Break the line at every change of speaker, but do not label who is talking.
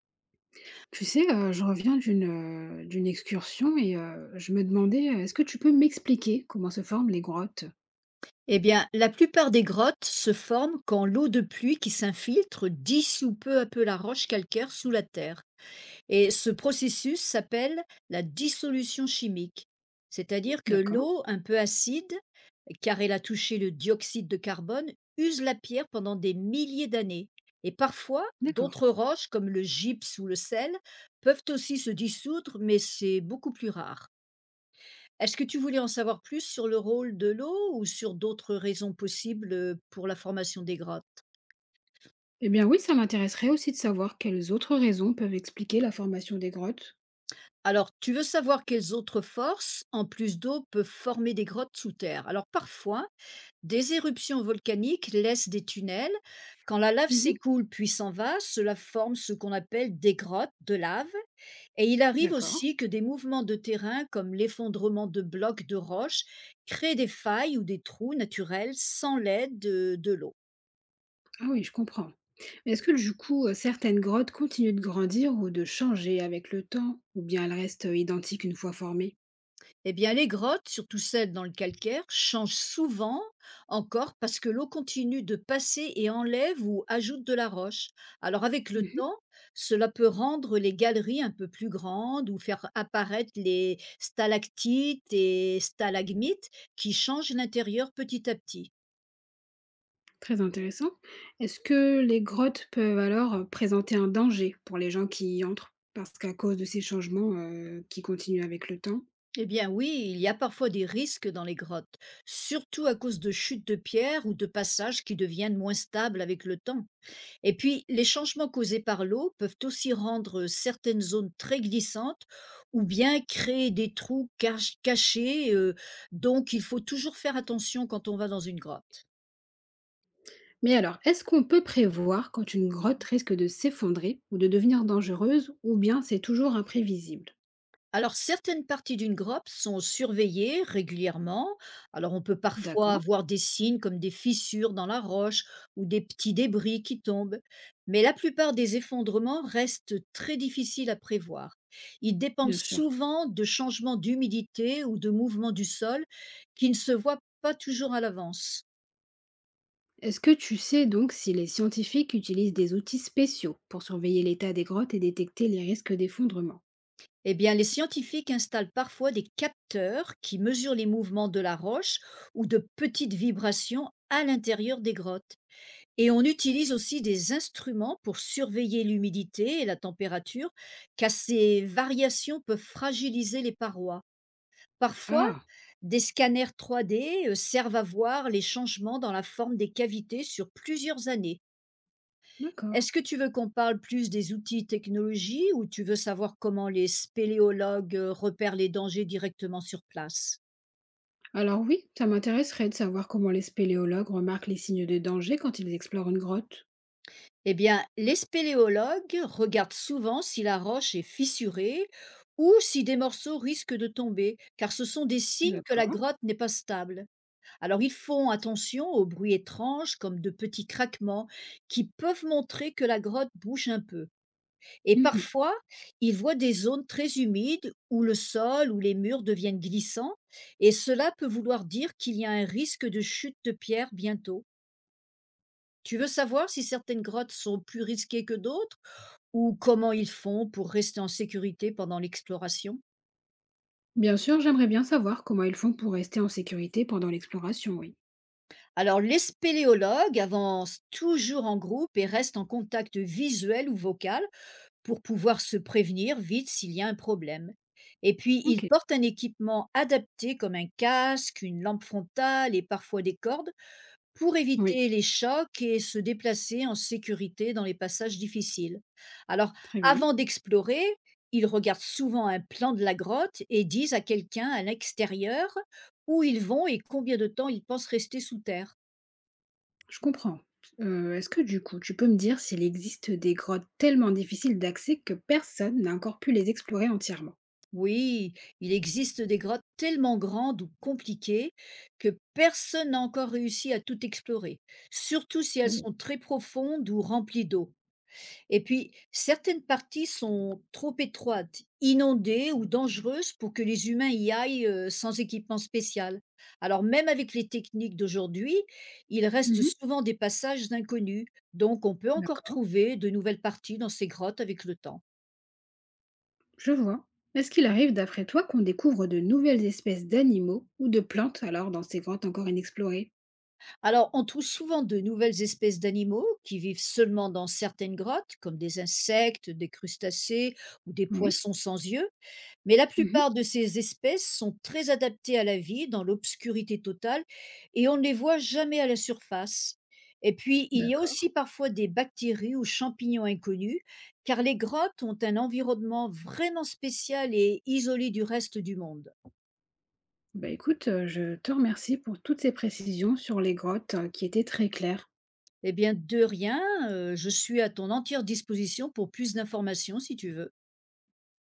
Tu sais, je reviens d'une excursion et je me demandais, Est-ce que tu peux m'expliquer comment se forment les grottes ? »
Eh bien, la plupart des grottes se forment quand l'eau de pluie qui s'infiltre dissout peu à peu la roche calcaire sous la terre. Et ce processus s'appelle la dissolution chimique. C'est-à-dire que
D'accord,
l'eau un peu acide, car elle a touché le dioxyde de carbone, use la pierre pendant des milliers d'années. Et parfois,
d'accord.
d'autres roches, comme le gypse ou le sel, peuvent aussi se dissoudre, mais c'est beaucoup plus rare. Est-ce que tu voulais en savoir plus sur le rôle de l'eau ou sur d'autres raisons possibles pour la formation des grottes?
Eh bien oui, ça m'intéresserait aussi de savoir quelles autres raisons peuvent expliquer la formation des grottes.
Alors, tu veux savoir quelles autres forces, en plus d'eau, peuvent former des grottes sous terre? Alors, parfois, des éruptions volcaniques laissent des tunnels. Quand la lave
Mmh.
s'écoule puis s'en va, cela forme ce qu'on appelle des grottes de lave. Et il arrive
D'accord.
aussi que des mouvements de terrain, comme l'effondrement de blocs de roches, créent des failles ou des trous naturels sans l'aide de l'eau.
Ah oui, je comprends. Mais est-ce que du coup, certaines grottes continuent de grandir ou de changer avec le temps? Ou bien elles restent, identiques une fois formées?
Eh bien, les grottes, surtout celles dans le calcaire, changent souvent encore parce que l'eau continue de passer et enlève ou ajoute de la roche. Alors, avec le
Mmh.
temps, cela peut rendre les galeries un peu plus grandes ou faire apparaître les stalactites et stalagmites qui changent l'intérieur petit à petit.
Très intéressant. Est-ce que les grottes peuvent alors présenter un danger pour les gens qui y entrent? Parce qu'à cause de ces changements, qui continuent avec le temps.
Eh bien oui, il y a parfois des risques dans les grottes, surtout à cause de chutes de pierres ou de passages qui deviennent moins stables avec le temps. Et puis, les changements causés par l'eau peuvent aussi rendre certaines zones très glissantes ou bien créer des trous cachés. Donc, il faut toujours faire attention quand on va dans une grotte.
Mais alors, est-ce qu'on peut prévoir quand une grotte risque de s'effondrer ou de devenir dangereuse ou bien c'est toujours imprévisible?
Alors, certaines parties d'une grotte sont surveillées régulièrement. Alors, on peut parfois
D'accord,
voir des signes comme des fissures dans la roche ou des petits débris qui tombent. Mais la plupart des effondrements restent très difficiles à prévoir. Ils dépendent
bien sûr.
souvent de changements d'humidité ou de mouvements du sol qui ne se voient pas toujours à l'avance.
Est-ce que tu sais donc si les scientifiques utilisent des outils spéciaux pour surveiller l'état des grottes et détecter les risques d'effondrement?
Eh bien, les scientifiques installent parfois des capteurs qui mesurent les mouvements de la roche ou de petites vibrations à l'intérieur des grottes. Et on utilise aussi des instruments pour surveiller l'humidité et la température, car ces variations peuvent fragiliser les parois. Parfois,
Ah,
des scanners 3D servent à voir les changements dans la forme des cavités sur plusieurs années.
d'accord.
Est-ce que tu veux qu'on parle plus des outils technologies ou tu veux savoir comment les spéléologues repèrent les dangers directement sur place?
Alors oui, ça m'intéresserait de savoir comment les spéléologues remarquent les signes de danger quand ils explorent une grotte.
Eh bien, les spéléologues regardent souvent si la roche est fissurée ou si des morceaux risquent de tomber, car ce sont des signes que la
D'accord.
grotte n'est pas stable. Alors ils font attention aux bruits étranges comme de petits craquements qui peuvent montrer que la grotte bouge un peu. Et
Mhm.
parfois, ils voient des zones très humides où le sol ou les murs deviennent glissants, et cela peut vouloir dire qu'il y a un risque de chute de pierre bientôt. Tu veux savoir si certaines grottes sont plus risquées que d'autres ou comment ils font pour rester en sécurité pendant l'exploration?
Bien sûr, j'aimerais bien savoir comment ils font pour rester en sécurité pendant l'exploration, oui.
Alors, les spéléologues avancent toujours en groupe et restent en contact visuel ou vocal pour pouvoir se prévenir vite s'il y a un problème. Et puis, ils
Ok.
portent un équipement adapté comme un casque, une lampe frontale et parfois des cordes pour
Oui,
éviter les chocs et se déplacer en sécurité dans les passages difficiles. Alors,
très bien.
avant d'explorer, ils regardent souvent un plan de la grotte et disent à quelqu'un à l'extérieur où ils vont et combien de temps ils pensent rester sous terre.
Je comprends. Est-ce que du coup, tu peux me dire s'il existe des grottes tellement difficiles d'accès que personne n'a encore pu les explorer entièrement?
Oui, il existe des grottes tellement grandes ou compliquées que personne n'a encore réussi à tout explorer, surtout si elles
Oh.
sont très profondes ou remplies d'eau. Et puis, certaines parties sont trop étroites, inondées ou dangereuses pour que les humains y aillent sans équipement spécial. Alors, même avec les techniques d'aujourd'hui, il reste
Mhm.
souvent des passages inconnus. Donc, on peut encore
D'accord,
trouver de nouvelles parties dans ces grottes avec le temps.
je vois. Est-ce qu'il arrive, d'après toi, qu'on découvre de nouvelles espèces d'animaux ou de plantes alors dans ces grottes encore inexplorées?
Alors, on trouve souvent de nouvelles espèces d'animaux qui vivent seulement dans certaines grottes, comme des insectes, des crustacés ou des
Oui.
poissons sans yeux. Mais la
Mhm.
plupart de ces espèces sont très adaptées à la vie dans l'obscurité totale et on ne les voit jamais à la surface. Et puis, il y a
D'accord.
aussi parfois des bactéries ou champignons inconnus, car les grottes ont un environnement vraiment spécial et isolé du reste du monde.
Bah écoute, je te remercie pour toutes ces précisions sur les grottes qui étaient très claires.
Eh bien, de rien, je suis à ton entière disposition pour plus d'informations si tu veux.